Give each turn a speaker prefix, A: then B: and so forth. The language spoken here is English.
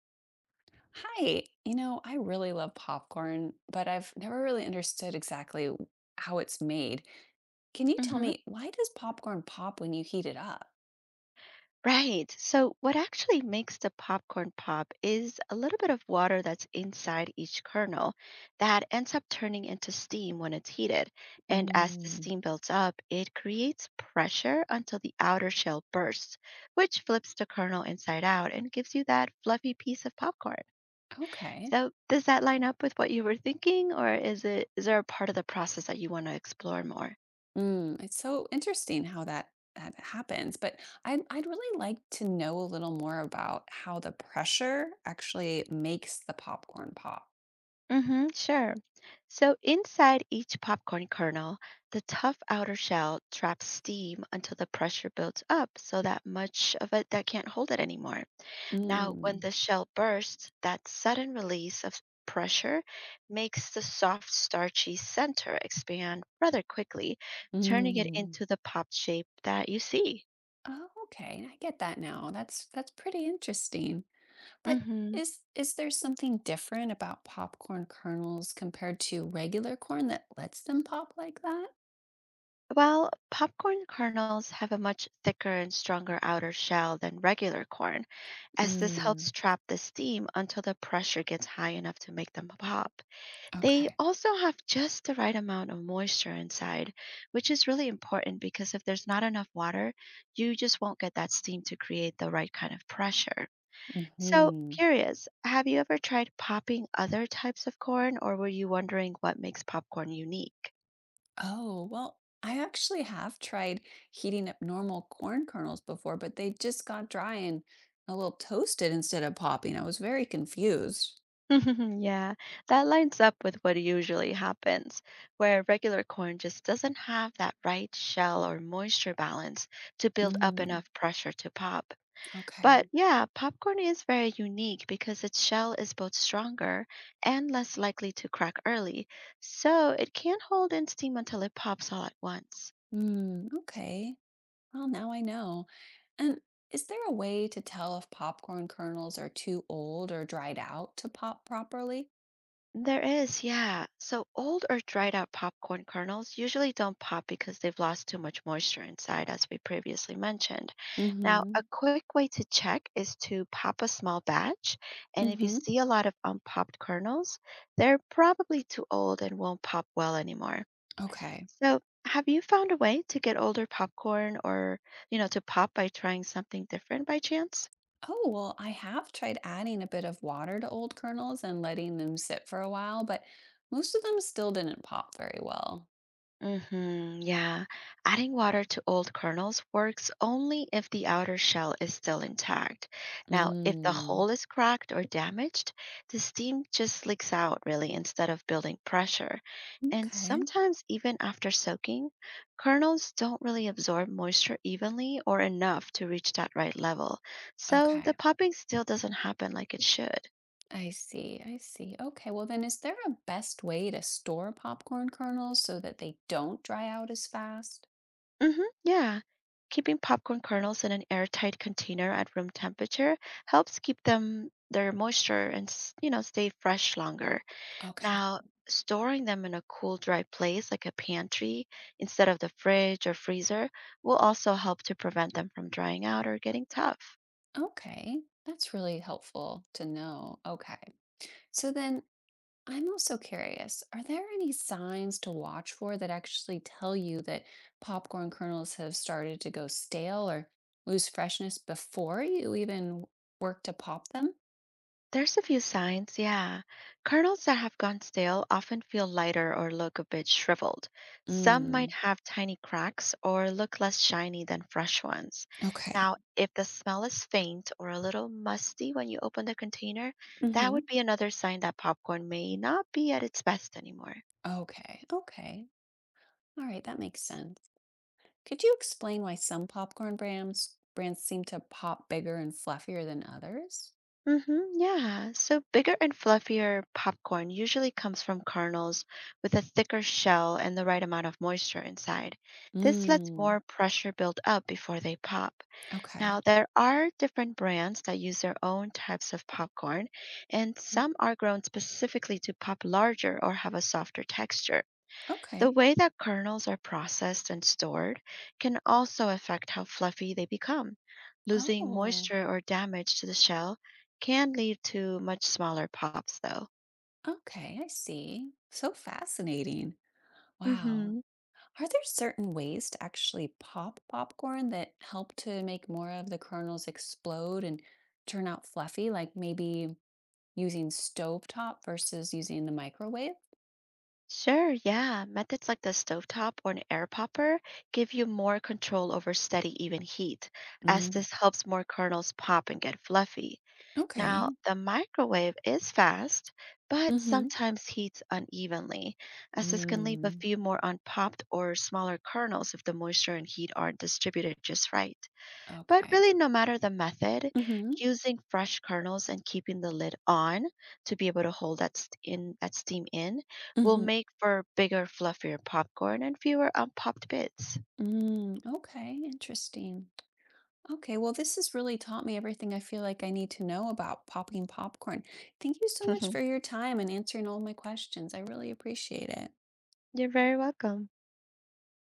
A: Hi, I really love popcorn, but I've never really understood exactly how it's made. Can you tell
B: hmm
A: me, why does popcorn pop when you heat it up?
B: Right. So, what actually makes the popcorn pop is a little bit of water that's inside each kernel that ends up turning into steam when it's heated. And as the
A: Mm,
B: steam builds up, it creates pressure until the outer shell bursts, which flips the kernel inside out and gives you that fluffy piece of popcorn.
A: okay.
B: So, does that line up with what you were thinking, or is there a part of the process that you want to explore more?
A: Mm, it's so interesting how that happens, but I'd really like to know a little more about how the pressure actually makes the popcorn pop.
B: Mm-hmm, sure. So inside each popcorn kernel, the tough outer shell traps steam until the pressure builds up so that much of it that can't hold it anymore. Now, when
A: Mm,
B: the shell bursts, that sudden release of pressure makes the soft, starchy center expand rather quickly, turning it
A: mm.
B: into the pop shape that you see.
A: Oh, okay, I get that now. That's pretty interesting. But
B: Mm-hmm.
A: is there something different about popcorn kernels compared to regular corn that lets them pop like that?
B: Well, popcorn kernels have a much thicker and stronger outer shell than regular corn, as this helps
A: Mm,
B: trap the steam until the pressure gets high enough to make them pop. They
A: okay.
B: also have just the right amount of moisture inside, which is really important because if there's not enough water, you just won't get that steam to create the right kind of pressure. So,
A: Hmm.
B: curious, have you ever tried popping other types of corn, or were you wondering what makes popcorn unique?
A: Oh, well, I actually have tried heating up normal corn kernels before, but they just got dry and a little toasted instead of popping. I was very confused.
B: Yeah, that lines up with what usually happens, where regular corn just doesn't have that right shell or moisture balance to build up
A: Mm,
B: enough pressure to pop. But
A: okay.
B: yeah, popcorn is very unique because its shell is both stronger and less likely to crack early, so it can hold in steam until it pops all at once.
A: Mm, okay. Well, now I know. And is there a way to tell if popcorn kernels are too old or dried out to pop properly?
B: There is, yeah. So old or dried out popcorn kernels usually don't pop because they've lost too much moisture inside, as we previously mentioned. Now,
A: Mm-hmm.
B: a quick way to check is to pop a small batch, and if you
A: Mm-hmm.
B: see a lot of unpopped kernels, they're probably too old and won't pop well anymore.
A: Okay.
B: So, have you found a way to get older popcorn or, to pop by trying something different by chance?
A: Oh, well, I have tried adding a bit of water to old kernels and letting them sit for a while, but most of them still didn't pop very well.
B: Mm-hmm, yeah. Adding water to old kernels works only if the outer shell is still intact. Now, if the
A: Mm.
B: hull is cracked or damaged, the steam just leaks out really instead of building pressure. And
A: Okay.
B: sometimes, even after soaking, kernels don't really absorb moisture evenly or enough to reach that right level. So the
A: Okay.
B: popping still doesn't happen like it should.
A: I see. I see. Okay. Well, then, is there a best way to store popcorn kernels so that they don't dry out as fast?
B: Yeah. Keeping popcorn kernels in an airtight container at room temperature helps keep them their moisture and stay fresh longer.
A: Okay.
B: Now, storing them in a cool, dry place like a pantry instead of the fridge or freezer will also help to prevent them from drying out or getting tough.
A: Okay, that's really helpful to know. Okay. So then I'm also curious, are there any signs to watch for that actually tell you that popcorn kernels have started to go stale or lose freshness before you even work to pop them?
B: There's a few signs, yeah. Kernels that have gone stale often feel lighter or look a bit shriveled. Some might
A: Mm,
B: have tiny cracks or look less shiny than fresh ones.
A: okay.
B: Now, if the smell is faint or a little musty when you open the container, that
A: Hmm.
B: would be another sign that popcorn may not be at its best anymore.
A: Okay. Okay. All right, that makes sense. Could you explain why some popcorn brands seem to pop bigger and fluffier than others?
B: Mm-hmm, yeah. So bigger and fluffier popcorn usually comes from kernels with a thicker shell and the right amount of moisture inside. This lets
A: Mm,
B: more pressure build up before they pop. Now,
A: okay.
B: there are different brands that use their own types of popcorn, and some are grown specifically to pop larger or have a softer texture. The
A: Okay.
B: way that kernels are processed and stored can also affect how fluffy they become. Losing
A: Oh,
B: moisture or damage to the shell can lead to much smaller pops, though.
A: okay, I see. So fascinating. Wow.
B: hmm
A: Are there certain ways to actually pop popcorn that help to make more of the kernels explode and turn out fluffy, like maybe using stovetop versus using the microwave?
B: Sure, yeah. Methods like the stovetop or an air popper give you more control over steady, even heat, as
A: Mm.
B: this helps more kernels pop and get fluffy.
A: Okay.
B: Now, the microwave is fast, but
A: Mm-hmm.
B: sometimes heats unevenly, as this can leave a
A: Mm.
B: few more unpopped or smaller kernels if the moisture and heat aren't distributed just right. But
A: Okay.
B: really, no matter the method,
A: Mm-hmm.
B: using fresh kernels and keeping the lid on to be able to hold that steam in will
A: Mm-hmm.
B: make for bigger, fluffier popcorn and fewer unpopped bits.
A: Mm. Okay. Interesting. Okay, well, this has really taught me everything I feel like I need to know about popping popcorn. Thank you so much for your time and answering all my questions. I really appreciate it.
B: You're very welcome.